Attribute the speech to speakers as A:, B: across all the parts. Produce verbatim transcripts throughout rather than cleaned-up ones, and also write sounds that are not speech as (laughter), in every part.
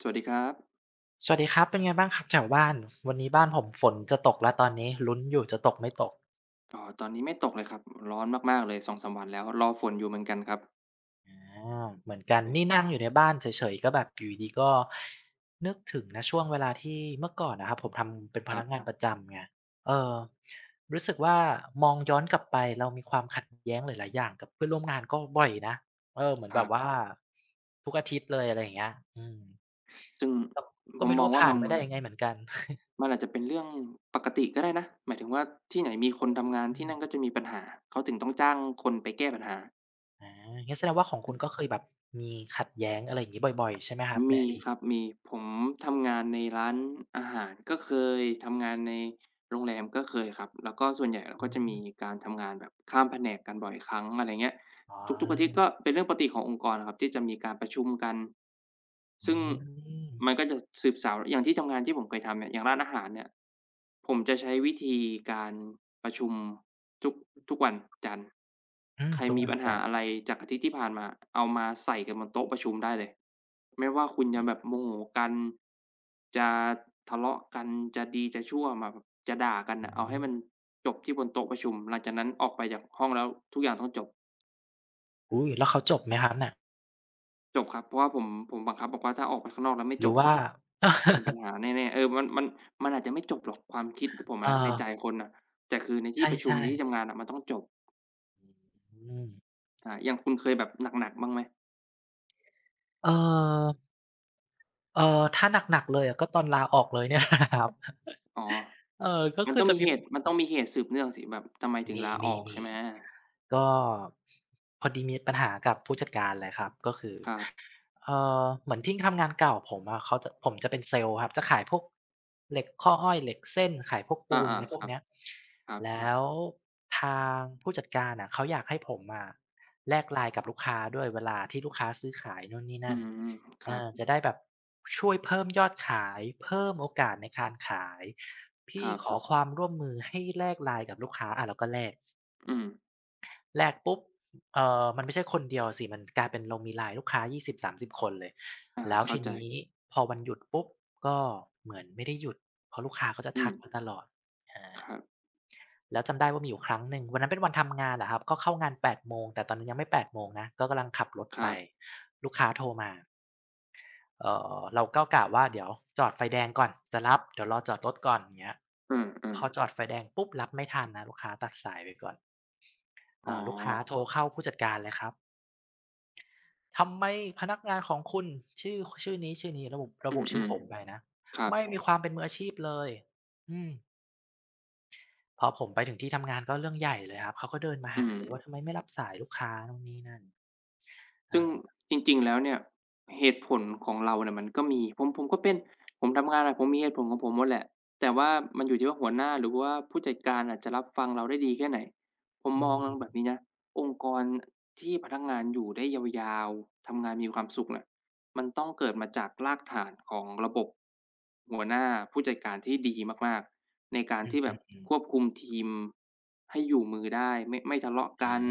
A: สวัสดีครับ
B: สวัสดีครับเป็นไงบ้างครับแถวบ้านวันนี้บ้านผมฝนจะตกแล้วตอนนี้ลุ้นอยู่จะตกไม่ตก
A: อ๋อตอนนี้ไม่ตกเลยครับร้อนมากๆเลยสองถึงสามวันแล้วรอฝนอยู่เหมือนกันครับ
B: อาเหมือนกันนี่นั่งอยู่ในบ้านเฉยๆก็แบบอยู่ดีๆก็นึกถึงนะช่วงเวลาที่เมื่อก่อนนะครับผมทำเป็น
A: ค
B: พ
A: รั
B: นักงาน
A: บ
B: ประจำไงเออรู้สึกว่ามองย้อนกลับไปเรามีความขัดแย้งหลายๆอย่างกับเพื่อนร่วมงานก็บ่อยนะเออเหมือน
A: ค
B: แบ
A: รั
B: บว่า
A: บ
B: ทุกอาทิตย์เลยอะไรอย่างเงี้ยอืม
A: ซึ่ง
B: ก็
A: ผ
B: ก็
A: ม
B: ไม่
A: ม
B: รู้
A: อง
B: ว่า
A: ว่า
B: ผ่า
A: มั
B: น
A: น
B: มาได้ยังไงเหมือนกัน
A: มันอาจจะเป็นเรื่องปกติก็ได้นะหมายถึงว่าที่ไหนมีคนทำงานที่
B: อื
A: นั่นก็
B: ม
A: จะมีปัญหาเขาถึงต้องจ้างคนไปแก้ปัญหา
B: อางั้นแสดงว่าของคุณก็เคยแบบมีขัดแย้งอะไรอย่างงี้บ่อยๆใช่ไหมครับใน
A: มี
B: อดี
A: ค
B: ต
A: รับมีผมทำงานในร้านอาหารก็เคย ทำงานในโรงแรมก็เคยครับ แล้วก็ส่วนใหญ่เราก็จะมี
B: อืม
A: การทำงานแบบข้ามแผนกกันบ่อยครั้งอะไรเงี้ย
B: อ๋อ
A: ทุกๆอาทิตย์ก็เป็นเรื่องปกติขององค์กรอะครับที่จะมีการประชุมกัน
B: อื
A: ซึ่ง
B: ม
A: มันก็จะสืบสาวอย่างที่ทำงานที่ผมเคยทำเนี่ยอย่างร้านอาหารเนี่ยผมจะใช้วิธีการประชุมทุกทุกวันจันทร์
B: อืม
A: ใคร
B: ทุก
A: มี
B: วัน
A: ปัญหา
B: จันท
A: อะ
B: ร์
A: ไรจากอาทิตย์ที่ผ่านมาเอามาใส่กันบนโต๊ะประชุมได้เลยไม่ว่าคุณจะแบบโมโหกันจะทะเลาะกันจะดีจะชั่วมาแบบจะด่ากัน
B: อื
A: น่ะเอาให้
B: ม
A: มันจบที่บนโต๊ะประชุมหลังจากนั้นออกไปจากห้องแล้วทุกอย่างต้องจบ
B: อุ๊ยแล้วเขาจบไหมครับน่ะ
A: จบครับเพราะว่าผมผมบังคับบอกว่าถ้าออกไปข้างนอกแล้วไม่
B: ห
A: จ
B: รือ
A: บอะ
B: ว่า
A: เป็น
B: (laughs)
A: ปัญหาแน่ๆเออมันมันมันอาจจะไม่จบหรอกความคิดผม
B: เอ
A: อะนะในใจ
B: อ
A: คนน่ะแต่คือใน
B: ใช
A: ที่ประชุม
B: ่
A: ในที่ทำงานน่ะมันต้องจบ
B: ๆอืม
A: อาอย่างคุณเคยแบบหนักๆบ้างไหม
B: เอ่อเอ่อถ้าหนักๆเลยอะก็ตอนลาออกเลยเนี่ยแหละครับ
A: อ๋อ
B: เออก็
A: มัน
B: คื
A: ต้
B: อ
A: อง
B: จะ
A: มี
B: มี
A: เหตุมันต้องมีเหตุสืบเนื่องสิแบบทำไมถึงลา
B: ม
A: ออกใช่
B: ี
A: ไหม
B: ๆๆก็พอดีมีปัญหากับผู้จัดการเลยครับก็คือ
A: ครับ
B: เอ่อเหมือนที่ทำงานเก่าผมอะเขาจะผมจะเป็นเซลล์ครับจะขายพวกเหล็กข้ออ้อยเหล็กเส้นขายพวกปูน
A: อา
B: อะไรพ
A: ๆค
B: วก
A: รับ
B: เนี้ย
A: ครับ
B: แล้วทางผู้จัดการอะเขาอยากให้ผมอะแลก ไลน์ กับลูกค้าด้วยเวลาที่ลูกค้าซื้อขายนู่นนี่
A: อื
B: นั่น
A: มครับ
B: อาจะได้แบบช่วยเพิ่มยอดขายเพิ่มโอกาสในการขาย
A: ค
B: พี่
A: รับ
B: ขอความร่วมมือให้แลก ไลน์ กับลูกค้าอาเราก็แลก
A: อืม
B: แลกปุ๊บเอ่อมันไม่ใช่คนเดียวสิมันกลายเป็นเรามี ไลน์ ลูกค้ายี่สิบสาม0ิบคนเลย
A: อา
B: แล้ว
A: เข้า
B: ที
A: ใจ
B: นี้พอวันหยุดปุ๊บก็เหมือนไม่ได้หยุดเพราะลูกค้าเขาจะ
A: อื
B: ทั
A: ม
B: กมาตลอดอา
A: ครับ
B: แล้วจำได้ว่ามีอยู่ครั้งหนึ่งวันนั้นเป็นวันทำงานแหละครับก็เข้างานแปดโมงแต่ตอนนั้นยังไม่แปดโมงนะก็กำลังขับรถ
A: ค
B: ไป
A: รับ
B: ลูกค้าโทรมา เอ่อเราก็กะว่าเดี๋ยวจอดไฟแดงก่อนจะรับเดี๋ยวรอจอดรถก่อนอย่างเงี้ย
A: เอ
B: พ
A: อ
B: อจอ
A: ๆ
B: ดไฟแดงปุ๊บรับไม่ทันนะลูกค้าตัดสายไปก่อน
A: อ๋อ
B: เอ่อลูกค้าโทรเข้าผู้จัดการเลยครับทำไมพนักงานของคุณชื่อชื่อนี้ชื่อนี้ระบุระ
A: อื
B: บุชื่อ
A: ม
B: ผมไปนะ
A: ๆครับ
B: ไม่มีความเป็นมืออาชีพเลยอืมพอผมไปถึงที่ทำงานก็เรื่องใหญ่เลยครับเขาก็เดินมา
A: อื
B: หา
A: ม
B: เลยว่าทำไมไม่รับสายลูกค้านู่นนี่นั่น
A: ซึ่
B: อา
A: งจริงๆแล้วเนี่ยเหตุผลของเราเนี่ยมันก็มีผมผมก็เป็นผมทำงานอะผมมีเหตุผลของผมหมดแหละแต่ว่ามันอยู่ที่ว่าหัวหน้าหรือว่าผู้จัดการอะจะรับฟังเราได้ดีแค่ไหนผม
B: อื
A: มองแบบ
B: ม
A: นี้นะองค์กรที่พนักงานอยู่ได้ยาวๆทำงานมีความสุขน่ะมันต้องเกิดมาจากรากฐานของระบบหัวหน้าผู้จัดการที่ดีมากๆ ในการ
B: อ
A: ที่แบบ
B: ือ
A: ควบ
B: ๆ
A: คุมทีมให้อยู่มือได้ไม่ไม่ทะเลาะ
B: ๆ
A: กั
B: อา
A: น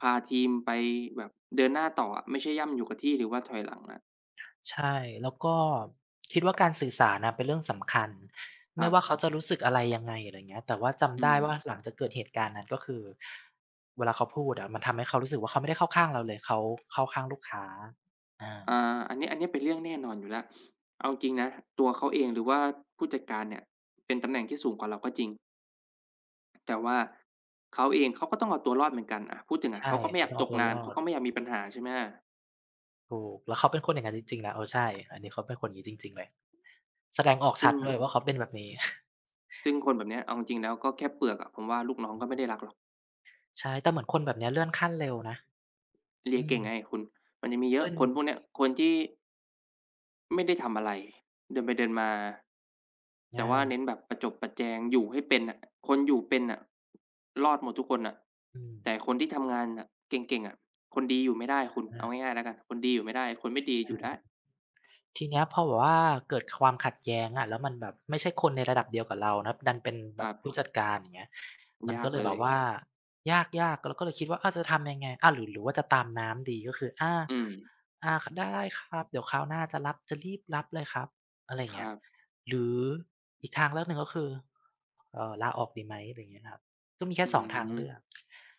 A: พาทีมไปแบบเดินหน้าต่ออะไม่ใช่ย่ำอยู่กับที่หรือว่าถอยหลังอะ
B: ใช่แล้วก็คิดว่าการสื่อสารน่ะเป็นเรื่องสำคัญ
A: ครั
B: ไม่ว่า
A: บ
B: เขาจะรู้สึกอะไรยังไงอะไรเงี้ยแต่ว่า
A: อื
B: จำได้
A: ม
B: ว่าหลังจากเกิดเหตุการณ์นั้นก็คือเวลาเขาพูดอะมันทำให้เขารู้สึกว่าเขาไม่ได้เข้าข้างเราเลยเขาเข้าข้างลูกค้าอา
A: อ่าอันนี้อันนี้เป็นเรื่องแน่นอนอยู่แล้วเอาจริงนะตัวเขาเองหรือว่าผู้จัดการเนี่ยเป็นตำแหน่งที่สูงกว่าเราก็จริงแต่ว่าเขาเองเขาก็ต้องเอาตัวรอดเหมือนกันอะพูดถึงอะ
B: ใช่
A: เขาก็ไม่อ
B: เขา
A: ยาก
B: ต้อง
A: ต
B: เอา
A: ก
B: ตัว
A: งา
B: ร
A: น
B: อ
A: เขา
B: ด
A: ก็ไม่อยากมีปัญหาใช่ไหม
B: ถูกแล้วเขาเป็นคนอย่างงั้นจริงๆนะเออใช่อันนี้เขาเป็นคนอย่างงี้จริงๆเลยแสดงออก
A: ซึ่
B: ชั
A: ง
B: ดด้วยว่าเขาเป็นแบบนี้ (laughs)
A: ซึ่งคนแบบเนี้ยเอาจริงๆแล้วก็แค่เปลือกอะผมว่าลูกน้อง
B: อื
A: ก็ไม่ได้
B: ม
A: รักหรอก
B: ใช่แต่เหมือนคนแบบเนี้ยเลื่อนขั้นเร็วนะ
A: เรีย
B: อืม
A: เก่งไงคุณมันจะมีเยอะ
B: ขึ้น
A: คนพวกเนี้ยคนที่ไม่ได้ทำอะไรเดินไปเดินมาแต่ว่าเน้น
B: อา
A: แบบประจบประแจงอยู่ให้เป็นน่ะคนอยู่เป็นน่ะรอดหมดทุกคนน่ะ
B: อืม
A: แต่คนที่ทำงานน่ะเก่งๆอะคนดีอยู่ไม่ได้
B: อ
A: คุณเอา
B: า
A: ง่ายๆแล้วกันคนดีอยู่ไม่ได้คนไม่ดีอยู่
B: ใช่
A: ได้
B: ทีเนี้ยพอแบบว่าเกิดความขัดแย้งอะแล้วมันแบบไม่ใช่คนในระดับเดียวกับเรานะครับดันเป็น
A: ค
B: แบ
A: รั
B: บผู้
A: บ
B: จัดการอย่างเงี้ยมัน
A: ยา
B: ก็
A: ก
B: เลย
A: เล
B: แบบ
A: ย
B: บว่ายากๆเราก็เลยคิดว่าอาจะทำยังไงอาหรือหรือว่าจะตามน้ำดีก็คืออา
A: อืม
B: อาได้ครับเดี๋ยวคราวหน้าจะรับจะรีบรับเลยครับอะไรอย่า
A: ค
B: งเงี้ย
A: รับ
B: หรืออีกทางเลือกหนึ่งก็คือเอ่อลาออกดีไหมอะไรอย่างเงี้ยครับ ก็มีแค่
A: อื
B: สองทาง
A: ม
B: เลือก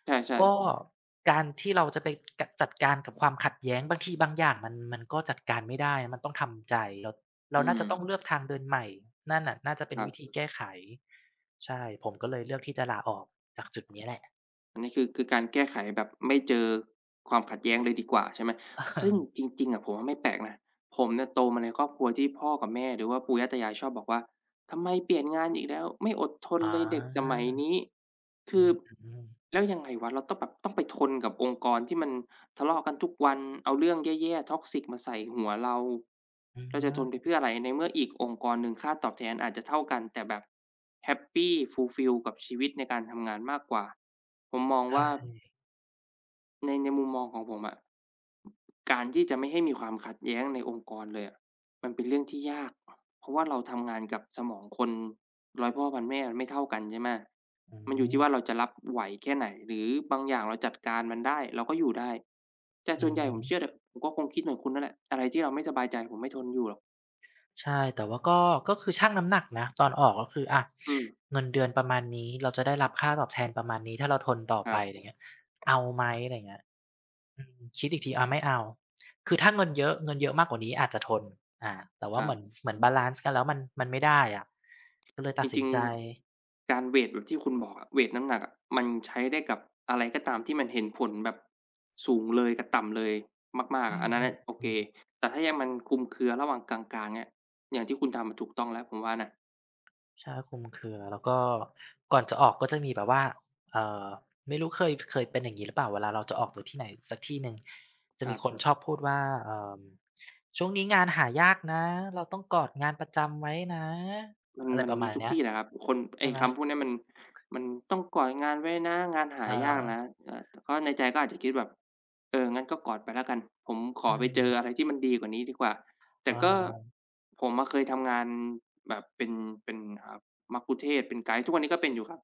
A: ใช่
B: ก็
A: ๆ
B: การที่เราจะไปกจัดการกับความขัดแย้งบางทีบางอย่างมันมันก็จัดการไม่ได้มันต้องทำใจเราเรา
A: อื
B: น่า
A: ม
B: จะต้องเลือกทางเดินใหม่นั่นน่ะน่าจะเป็
A: ค
B: น
A: รั
B: วิธี
A: บ
B: แก้ไขใช่ผมก็เลยเลือกที่จะลาออกจากจุดนี้แหละ
A: อันนี้คือคือการแก้ไขแบบไม่เจอความขัดแย้งเลยดีกว่าใช่ไหม
B: (laughs)
A: ซึ่ง
B: เออ
A: จริงๆอะผมว่าไม่แปลกนะผมเนี่ยโตมาในครอบครัวที่พ่อกับแม่หรือว่าปู่ย่าตายายชอบบอกว่าทำไมเปลี่ยนงานอีกแล้วไม่อดทน
B: อ๋อ
A: เลยเด็กสมัยนี้คื
B: อื
A: อ
B: อๆๆ
A: แล้วยังไงวะเราต้องแบบต้องไปทนกับองค์กรที่มัน ทะเลาะกันทุกวัน เอาเรื่องแย่ๆ ท็อกซิก มาใส่หัวเรา
B: อื
A: เราจะทนไป
B: ม
A: เพื่ออะไร ในเมื่ออีกองค์กรหนึ่งค่าตอบแทนอาจจะเท่ากัน แต่แบบแฮปปี ฟูลฟิล กับชีวิตในการทำงานมากกว่า ผมมองว่า
B: ได้
A: ในในมุมมองของผมอะการที่จะไม่ให้มีความขัดแย้งในองค์กรเลยอะมันเป็นเรื่องที่ยากเพราะว่าเราทำงานกับสมองคนร้อยพ่อพันแม่มันไม่เท่ากันใช่ไหม
B: อื
A: มันอยู่ที่ว่าเรา
B: ม
A: จะรับไหวแค่ไหนหรือบางอย่างเราจัดการมันได้เราก็อยู่ได้แต่ส่
B: อื
A: วน
B: อ
A: ใหญ่ผ
B: ฮึ
A: มเชื่อเถอะผมก็คงคิดเหมือนคุณนั่นแหละอะไรที่เราไม่สบายใจผมไม่ทนอยู่หรอก
B: ใช่แต่ว่าก็ก็คือชั่งน้ำหนักนะตอนออกก็คืออะ
A: อืม
B: เงินเดือนประมาณนี้เราจะได้รับค่าตอบแทนประมาณนี้ถ้าเราทนต่อ
A: ค
B: ไป
A: รับ
B: ไรเงี้ยเอาไหมไรเงี้ยอืมคิดอีกทีอาไม่เอาคือถ้าเงินเยอะเงินเยอะมากกว่านี้อาจจะทนอาแต่
A: ค
B: ว่า
A: รั
B: เห
A: บ
B: มือนเหมือนบาลันซ์กันแล้วมันมันไม่ได้อะก็เลย
A: จ
B: ตัดสิ
A: ริ
B: น
A: ง
B: ใจ
A: ๆการเวตแบบที่คุณบอกอะเวตน้ำหนักอะมันใช้ได้กับอะไรก็ตามที่มันเห็นผลแบบสูงเลยกับต่ำเลยมากๆ
B: อื
A: อะอันนั้นน่ะโอเค
B: มๆๆ
A: แต่ถ้ายังมันคลุมเครือระหว่างกลางๆเนี่ยอย่างที่คุณทำอะถูกต้องแล้วผมว่านะ
B: ใช่คลุมเครือแล้วก็ก่อนจะออกก็จะมีแบบว่าเอ่อไม่รู้เคยเคยเป็นอย่างงี้หรือเปล่าเวลาเราจะออกจากที่ไหนสักที่หนึ่งจะ
A: ครั
B: มี
A: บ
B: คนชอบพูดว่าเอ่อช่วงนี้งานหายากนะเราต้องกอดงานประจำไว้นะ
A: มัน
B: อะไร
A: มัน
B: ประ
A: มี
B: มาณ
A: ทุก
B: เนี้ย
A: ที่นะครับคนไอ้
B: ใช่ไหม
A: คำพวกเนี้ยมันมันต้องกอดงานไว้นะงานหา
B: เออ
A: ยากนะเอ่อแต่ก็ในใจก็อาจจะคิดแบบเอองั้นก็กอดไปแล้วกันผมขอ
B: อื
A: ไปเจออะ
B: ม
A: ไรที่มันดีกว่านี้ดีกว่า
B: เ
A: แต่ก็
B: ออ
A: ผมอะเคยทำงานแบบเป็นเป็นอ่ามัคคุเทศก์เป็นไกด์ทุกวันนี้ก็เป็นอยู่ครับ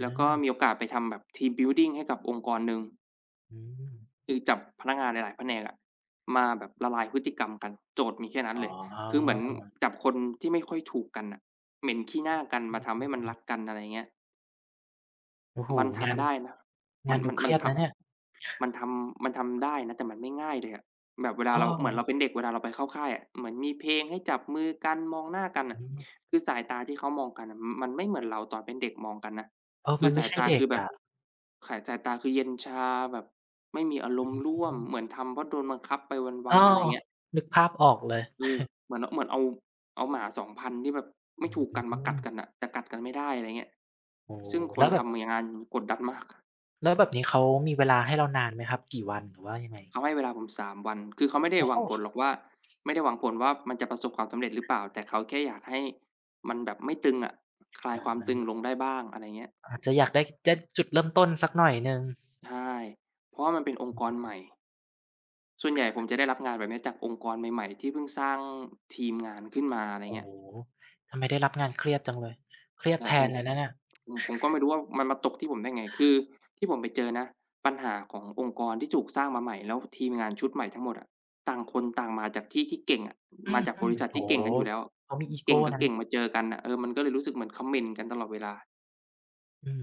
A: แล้ว
B: า
A: ก็มีโอกาสไปทำแบบ Team building ให้กับองค์กรหนึ่ง
B: อืม
A: คือจับพนักงานหลายๆแผนกอะมาแบบละลายพฤติกรรมกันโจทย์มีแค่นั้น
B: อ๋
A: เล
B: อ
A: ยคือเหมือนจับคนที่ไม่ค่อยถูกกันน่ะเหม็นขี้หน้ากัน
B: อื
A: มาทำให้
B: ม
A: มัน
B: ๆ
A: รักกันอะไรอย่างเงี้ย
B: โอ้โฮ
A: มัน
B: งาน
A: ทำได้นะมั
B: งา
A: น
B: นดู
A: มัน
B: เค
A: มัน
B: รียด
A: ท
B: นะเนี่ย
A: ำ มันทำมันทำได้นะแต่มันไม่ง่ายเลยอะแบบเว
B: เ
A: ลาเราเหมือนเรา
B: ออ
A: เป็นเด็กเวลาเราไปเข้าค่ายอะเหมือนมีเพลงให้จับมือกันมองหน้ากันน่ะ
B: อืม
A: คือสายตาที่เขามองกันน่ะมมันไม่เหมือนเราตอนเป็นเด็กมองกันนะ
B: เออ
A: คื
B: มั
A: อ
B: นไม่
A: สาย
B: ใช่
A: ตา
B: เด็
A: คื
B: ก
A: อแบบ
B: อะ
A: ขายสายตาคือเย็นชาแบบไม่มีอารมณ์
B: อื
A: ร่วมเหมื
B: ม
A: อนทำเพราะโดนบังคับไป
B: เอ
A: วั
B: อ
A: นๆอะไรเงี้ย
B: นึกภาพออกเลย
A: เออเหมือนเหมือนเอาเอาหมาสองพันที่แบบ
B: อ
A: ไม่ถูกกันมา
B: ื
A: กัด
B: ม
A: กันน่ะแต่กัดกันไม่ได้อะไรเงี้ย
B: โอ้
A: ซึ่งค
B: แล้
A: น
B: วแบบ
A: ทำมงานกดดันมาก
B: แล้วแบบนี้เขามีเวลาให้เรานานไหมครับกี่วันหรือว่ายังไง
A: เขาให้เวลาผมาสามวัน คือเขาไม่ได้
B: โอ้
A: หวังผล
B: โฮ
A: หรอกว่าไม่ได้หวังผลว่ามันจะประสบความสำเร็จหรือเปล่าแต่เขาแค่อยากให้มันแบบไม่ตึงอะคลา
B: อ
A: ยความ
B: า
A: ตึงลงได้บ้างอะไรเงี้ย
B: อาจจะอยากได้ได้จุดเริ่มต้นสักหน่อยหนึ่ง
A: ใช่เพราะว่ามันเป็นอง
B: อื
A: ค์กร
B: ม
A: ใหม่ ส่วนใหญ่ผมจะได้รับงานแบบเนี้ยจากองค์กรใหม่ๆที่เพิ่งสร้างทีมงานขึ้นมาอะไร
B: โอ้
A: เงี้
B: โฮ
A: ย
B: ทำไมได้รับงานเครียดจังเลยเครียด
A: อา
B: แท
A: ผม
B: น
A: ผ
B: เล
A: ม
B: ยนะเนี่ย
A: ผมก็ไม่รู้ว่ามันมาตกที่ผมได้ไงคือที่ผมไปเจอนะปัญหาขององค์กรที่ถูกสร้างมาใหม่แล้วทีมงานชุดใหม่ทั้งหมดอะต่างคนต่างมาจากที่ที่เก่งอะ
B: อื
A: มา
B: ม
A: จากบริษัท
B: ๆโอ้
A: ที่เก่ง
B: โฮ
A: กันอยู่แล้ว
B: เขามีอีโก
A: เก่งกับ
B: นะ
A: เก่งมาเจอกันน่ะเออมันก็เลยรู้สึกเหมือนเขม่นกันตลอดเวลา
B: อืม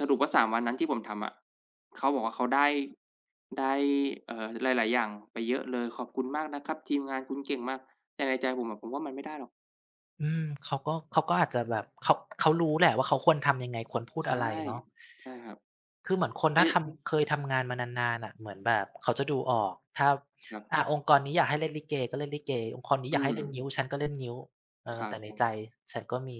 A: สรุปว่าสามวันนั้นที่ผมทำอะเขาบอกว่าเขาได้ได้เอ่อหลายๆอย่างไปเยอะเลยขอบคุณมากนะครับทีมงานคุณเก่งมากแต่ในใจผมอะผมว่ามันไม่ได้หรอก
B: อืมเขาก็เขาก็อาจจะแบบเขาเขารู้แหละว่าเขาควรทำยังไงควรพูดอะไร
A: ใช่
B: เนาะ
A: ใช่ครับ
B: คือเหมือนคนถ้า
A: เอ๊ะ
B: ทำเคยทำงานมานานๆน่ะเหมือนแบบเขาจะดูออกถ้า
A: ครับ
B: อ่าองค์กรนี้อยากให้เล่นลิเกก็เล่นลิเกองค์กรนี้อยา
A: อื
B: กให้
A: ม
B: เล่นงิ้วฉันก็เล่นงิ้วเอ
A: ค
B: อ
A: รับ
B: แต่ในใจฉันก็มี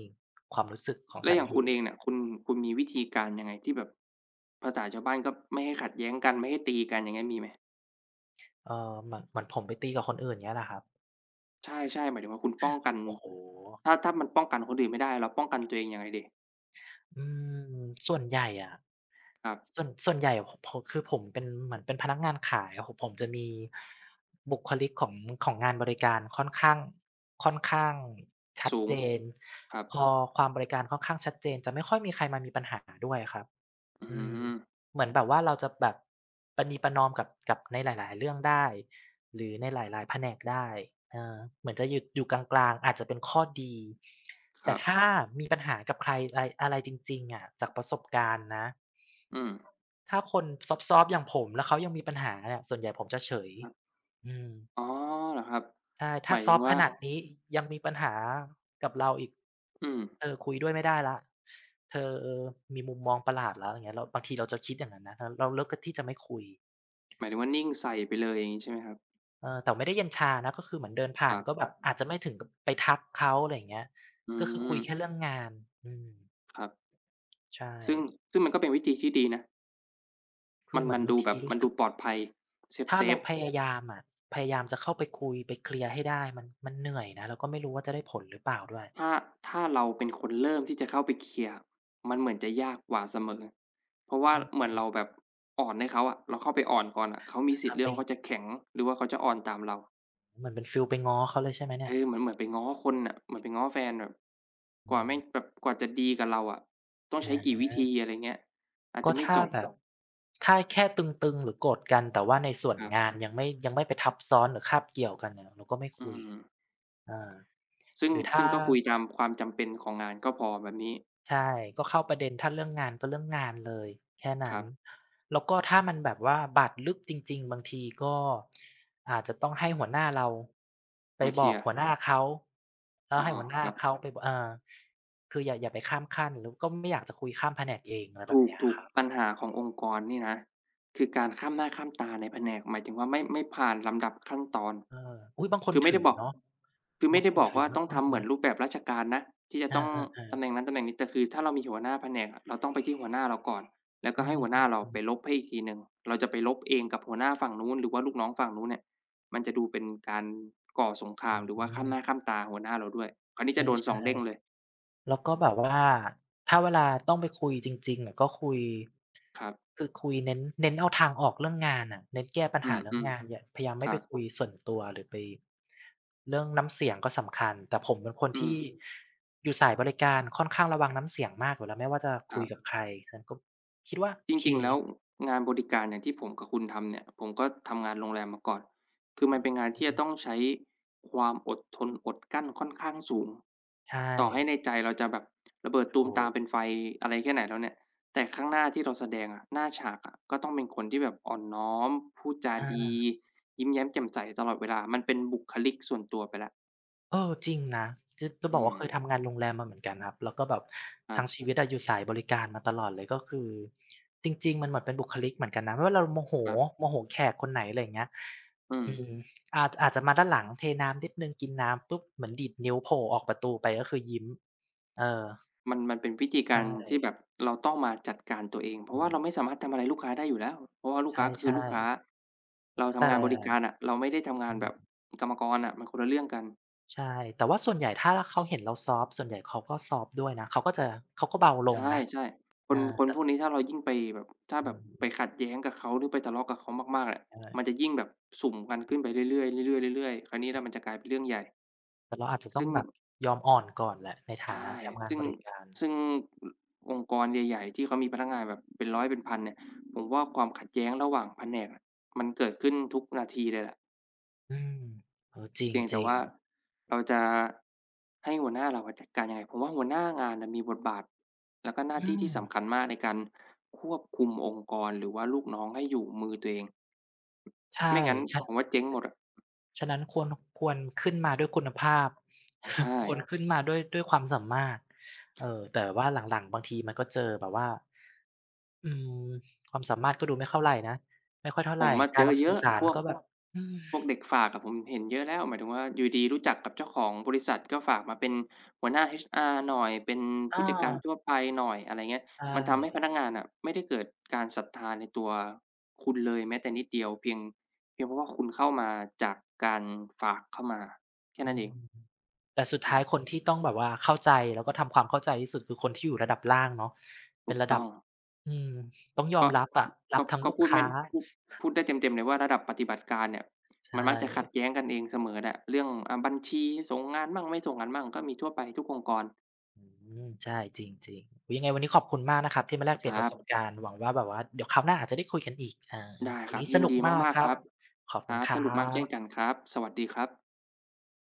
B: ความรู้สึกของ
A: แล้ว
B: ฉั
A: อ
B: น
A: ย่าง
B: อ
A: คุณ
B: ยู่
A: เองเนี่ยคุณคุณมีวิธีการยังไงที่แบบภาษาชาวบ้านก็ไม่ให้ขัดแย้งกันไม่ให้ตีกันอย่างเงี้ยมีไหม
B: เออเหมือนเหมือนผมไปตีกับคนอื่นเงี้ยแหละครับ
A: ใช่ๆหมายถึงว่าคุณป้องกัน
B: โอ้โฮ
A: ถ้าถ้ามันป้องกันคนอื่นไม่ได้เราป้องกันตัวเองยังไงดี
B: อืมส่วนใหญ่อะ
A: ครับ
B: ส่วนส่วนใหญ่ผผมคือผมเป็นเหมือนเป็นพนักงานขายอะผมผมจะมีบุคลิกของของงานบริการค่อนข้างค่อนข้างชัด
A: สูง
B: เจน
A: ครับ
B: พอความบริการค่อนข้างชัดเจนจะไม่ค่อยมีใครมามีปัญหาด้วยครับ
A: อื
B: อืม
A: ม
B: เหมือนแบบว่าเราจะแบบประนีประนอมกับกับในหลายๆเรื่องได้หรือในหลายๆแผนกได้เออเหมือนจะอยู่อยู่กลางๆอาจจะเป็นข้อดี
A: ค
B: แต่
A: รับ
B: ถ้ามีปัญหากับใครไรอะไรจริงๆอะจากประสบการณ์นะ
A: อืม
B: ถ้าคนซอฟต์ๆอย่างผมแล้วเขายังมีปัญหาเนี่ยส่วนใหญ่ผมจะเฉย
A: ครับ
B: อืม
A: อ๋อเหรอครับ
B: ใช่
A: ห
B: ถ้า
A: มาย
B: ซ
A: ถึ
B: อ
A: ง
B: ฟต์ข
A: ว่า
B: นาดนี้ยังมีปัญหากับเราอีก
A: อืม
B: เธอคุยด้วยไม่ได้แล้วเธอมีมุมมองประหลาดแล้วอย่างเงี้ยเราบางทีเราจะคิดอย่างนั้นนะเราเราเลือกที่จะไม่คุย
A: หมายถึงว่านิ่งใส่ไปเลยอย่างงี้ใช่ไหมครับ
B: เออแต่ไม่ได้เย็นชานะก็คือเหมือนเดิน
A: ค
B: ผ่าน
A: รั
B: ก็แบ
A: บ
B: บอาจจะไม่ถึงกับไปทักเขาอะไรอย่างเงี้ย
A: อื
B: ก็คือคุ
A: ม
B: ยแค่เรื่องงานอืม
A: ครับ
B: ใช่
A: ซึ่งซึ่งมันก็เป็นวิธีที่ดีนะ
B: คื
A: มั
B: อ
A: น
B: เหมื
A: มั
B: อน
A: น
B: บา
A: ดู
B: ง
A: แบ
B: ที
A: บมั
B: รู้
A: นดู
B: สึก
A: ปลอดภัย
B: ถ้า
A: เซ
B: เรา
A: ฟๆ
B: พยายามอะพยายามจะเข้าไปคุยไปเคลียร์ให้ได้มันมันเหนื่อยนะแล้วก็ไม่รู้ว่าจะได้ผลหรือเปล่าด้วย
A: ถ้าถ้าเราเป็นคนเริ่มที่จะเข้าไปเคลียร์มันเหมือนจะยากกว่าเสมอเพราะว่า
B: อืม
A: เหมือนเราแบบอ่อนให้เขาอะเราเข้าไปอ่อนก่อนอะเขามีสิท
B: อา
A: ธิ์เลื
B: ไป
A: อกว่าเขาจะแข็งหรือว่าเขาจะอ่อนตามเรา
B: เหมือนเป็นฟีลไปง้อเขาเลยใช่ไหมเนี่
A: เอ
B: ย
A: อเหมือนเหมือนไปง้อคนน่ะเหมือนไปง้อแฟนแบบ
B: อื
A: กว่าแม่
B: ม
A: งแบบกว่าจะดีกับเราอะต้องใช้กี่วิ
B: อา
A: ธีอะไรเงี้ยอาจ
B: ก็
A: จะไม่
B: ถ้า
A: จบ
B: แบบถ้าแค่ตึงๆหรือโกรธกันแต่ว่าในส่วน
A: ครับ
B: งานยังไม่ยังไม่ไปทับซ้อนหรือคาบเกี่ยวกันเนี่ยเราก็ไม่
A: อื
B: คุย
A: ม
B: อา
A: ซึ่ง
B: หรือ
A: ซึ่
B: ถ้า
A: งก็คุยตามความจำเป็นของงานก็พอแบบนี้
B: ใช่ก็เข้าประเด็นถ้าเรื่องงานก็เรื่องงานเลยแค่
A: ค
B: นั้
A: รั
B: น
A: บ
B: แล้วก็ถ้ามันแบบว่าบาดลึกจริงๆบางทีก็อาจจะต้องให้หัวหน้าเราไป
A: มาเค
B: บ
A: ลี
B: อ
A: ย
B: ก
A: ร์
B: หัวหน้าเขาแล้
A: อ้
B: ว
A: อ
B: ให้หัวห
A: ค
B: น้า
A: รับ
B: เขาไปบเออคืออย่าอย่าไปข้ามขั้นแล้วก็ไม่อยากจะคุยข้ามแผนกเองอะไรแบ
A: ถู
B: บ
A: ก
B: เนี้ย
A: ถูก
B: ครับ
A: ปัญหาขององค์กรนี่นะคือการข้ามหน้าข้ามตาในแผนกหมายถึงว่าไม่ไม่ผ่านลำดับขั้นตอน
B: เอออุ๊ยบางคน
A: คือไม่
B: ถื
A: ได้
B: อ
A: บอก
B: เนาะ
A: คือไม่
B: บาง
A: ได้
B: คน
A: บอก
B: ถือ
A: ว่าต้อง
B: มาก
A: ทำเห
B: ๆ
A: มือ
B: นะ
A: นรูปแบบราชการนะที่จะ
B: อา
A: ต้องตำแหน่
B: ๆ
A: งนั้นตำแหน่งนี้แต่คือถ้าเรามีหัวหน้าแผนกอะเราต้องไปที่หัวหน้าเราก่อนแล้ว
B: ๆ
A: ก็
B: อื
A: ให้หัวหน้าเราไป
B: มๆ
A: ลบให้อีกทีหนึ่งเราจะไปลบเองกับหัวหน้าฝั่งนู้นหรือว่าลูกน้องฝั่งนู้นเนี่ยมันจะดูเป็นการก่อสงครามหรือว่า
B: อื
A: ข้าม
B: ม
A: หน้าข้ามตาหัวหน้าเราด้วยคราวนี้จะโดนสอง
B: ใช่
A: เด้งเลย
B: ๆแล้วก็แบบว่าถ้าเวลาต้องไปคุยจริงๆอะก็คุย
A: ครับ
B: คือคุยเน้นเน้นเอาทางออกเรื่องงานน่ะเน้นแก้ปัญ
A: อื
B: หาเรื่อง
A: ม
B: งานอย่าพยายาม
A: ๆค
B: ไม่
A: รั
B: ไป
A: บ
B: คุยส่วนตัวหรือไปเรื่องน้ำเสียงก็สำคัญแต่ผมเป็นคน
A: อืม
B: ที่อยู่สายบริการค่อนข้างระวังน้ำเสียงมากอยู่แล้วไม่ว่าจะ
A: ค
B: คุ
A: รั
B: ย
A: บ
B: กับใครฉันก็คิดว่า
A: จ
B: โอเค
A: ริงๆแล้วงานบริการอย่างที่ผมกับคุณทำเนี่ยผมก็ทำงานโรงแรมมาก่อนคือมันเป็นงาน
B: อื
A: ที่จะต้อ
B: ม
A: งใช้ความอดทนอดกลั้นค่อนข้างสูง
B: ใช่
A: ต่อให้ในใจเราจะแบบระเบิดตูม
B: ถู
A: ตาม
B: ก
A: เป็นไฟอะไรแค่ไหนแล้วเนี่ยแต่ข้างหน้าที่เราแสดงอะหน้าฉากอะก็ต้องเป็นคนที่แบบอ่อนน้อมพูดจา
B: อา
A: ดียิ้มแย้มแจ่มใสตลอดเวลามันเป็นบุคลิกส่วนตัวไปแล้ว
B: เออจริงนะจะจะบอ
A: อื
B: ก
A: ม
B: ว่าเคยทำงานโรงแรมมาเหมือนกันครับแล้วก็แบบ
A: ครั
B: ทั้งชี
A: บ
B: วิตอะอยู่สายบริการมาตลอดเลยก็คือจริงๆมันเหมือนเป็นบุคลิกเหมือนกันนะไม่ว่าเราโมโห
A: ครับ
B: โมโหแขกคนไหนอะไรอย่างเงี้ย
A: อืม
B: อืมอาจอาจจะมาด้านหลังเทน้ำนิดหนึ่งกินน้ำปุ๊บเหมือนดีดนิ้วโผล่ออกประตูไปก็คือยิ้มเออ
A: มันมันเป็นวิธีกา
B: ใช่
A: รที่แบบเราต้องมาจัดการตัวเองเพ
B: เอ
A: ราะว่าเราไม่
B: อ
A: สามารถทำอะไรลูกค้าได้อยู่แล้วเพราะว่าลูกค้าก็คือลู
B: ใช่
A: กค้า
B: ๆ
A: เรา
B: แต่
A: ทำงานบริการอะเราไม่ได้ทำงา
B: อื
A: นแบบ
B: ม
A: กรรมกรอะมันคนละเรื่องกัน
B: ใช่แต่ว่าส่วนใหญ่ถ้าเขาเห็นเราซอฟต์ส่วนใหญ่เขาก็ซอฟต์ด้วยนะเขาก็จะเขาก็เบาลงนะ
A: ใช่ๆค
B: เออ
A: นคน
B: แต่
A: พวกนี้ถ้าเรายิ่งไปแบบถ้า
B: อื
A: แบบไปขั
B: ม
A: ดแย้งกับเขาหรือไปทะเลาะกับเขามากๆอะมัน
B: ใช่
A: จะยิ่งแบบสุ่มกันขึ้นไปเรื่อยๆเรื่อยๆเรื่อยๆคราวนี้น่ะมันจะกลายเป็นเรื่องใหญ่
B: แต่เราอาจจะต้อ
A: ซึ่
B: ง
A: ง
B: แบบยอมอ่อนก่อนแหละในฐานะ
A: ใช่
B: ทำงาน
A: ซึ่ง
B: บริการ
A: ซึ่งอองค์กรใหญ่ๆที่เขามีพนักงานแบบเป็นร้อยเป็นพันเนี่ยผมว่าความขัดแย้งระหว่างแผนกอะมันเกิดขึ้นทุกนาทีเลยแหละ
B: อืมเออจ
A: เพียงแต่
B: ริง
A: ว่าเราจะให้หัวหน้าเราอะจัดการยังไงผมว่าหัวหน้างานน่ะมีบทบาทแล้วก็ห
B: ๆ
A: น้า
B: อื
A: ที่
B: ม
A: ที่สำคัญมากในการควบคุมองค์กรหรือว่าลูกน้องให้อยู่มือตัวเอง
B: ใช่
A: ไม่งั้นผม
B: ฉะ
A: ว่าเจ๊งหมดอะ
B: ฉะนั้นควรควรขึ้นมาด้วยคุณภาพ
A: ใช่
B: (laughs) ควรขึ้นมาด้วยด้วยความสามารถเอ่อแต่ว่าหลังๆบางทีมันก็เจอแบบว่าอืมความสามารถก็ดูไม่เข้าไรนะไม่ค่อยเท่า
A: ผ
B: ไร
A: มมาเจ
B: การ
A: อเย
B: สื่อ
A: อะ
B: สา
A: พ
B: ร
A: วก
B: ก็แบบอืม
A: พวกเด็กฝากอะผมเห็นเยอะแล้วหมายถึงว่าอยู่ดีๆรู้จักกับเจ้าของบริษัทก็ฝากมาเป็นหัวหน้า เอช อาร์ หน่อยเป็นผู้
B: อา
A: จัดการทั่วไปหน่อยอะไรเงี้ย
B: ใช
A: มันทำให้พ
B: ่
A: นักงานน่ะไม่ได้เกิดการศรัทธาในตัวคุณเลยแม้แต่นิดเดียวเพียงเพียงเพราะว่าคุณเข้ามาจากการฝากเข้ามาแค่
B: อื
A: นั้นเอง
B: ม แต่สุดท้ายค
A: ใช่
B: นที่ต้องแบบว่าเข้าใจแล้วก็ทำความเข้าใจที่สุดคือคนที่อยู่ระดับล่างเนาะ
A: ถู
B: เป็น
A: ก
B: ระดั
A: ต้
B: บ
A: อง
B: อืมต้องยอม
A: ก็
B: รับอะรั
A: ก็
B: บทั้ง
A: ก็
B: ลูก
A: พูดไม่
B: ค้า
A: พูดพูดได้เต็มๆเลยว่าระดับปฏิบัติการเนี่ย
B: ใช่
A: มันมักจะขัดแย้งกันเองเสมอแหละเรื่องอ่าบัญชีส่งงานมั่งไม่ส่งงานมั่งก็มีทั่วไปทุกองค์กร
B: อืมใช่จริงๆยยังไงวันนี้ขอบคุณมากนะครับที่มาแลกเป
A: ค
B: ลี่ยนป
A: รั
B: ระสบ
A: บ
B: การณ์หวังว่าแบบว่าเดี๋ยวคราวหน้าอาจจะได้คุยกันอีกอา
A: ได้
B: วั
A: ค
B: น
A: รับ
B: นี้ส
A: ยิน
B: นุก
A: ดี
B: มาก
A: มาก
B: ค
A: ๆค
B: รับ
A: รับ
B: ขอบ
A: ค
B: คุณ
A: รับ
B: ค
A: ส
B: รั
A: นุกมากเช่นกัน
B: บ
A: ครับสวัสดีครับ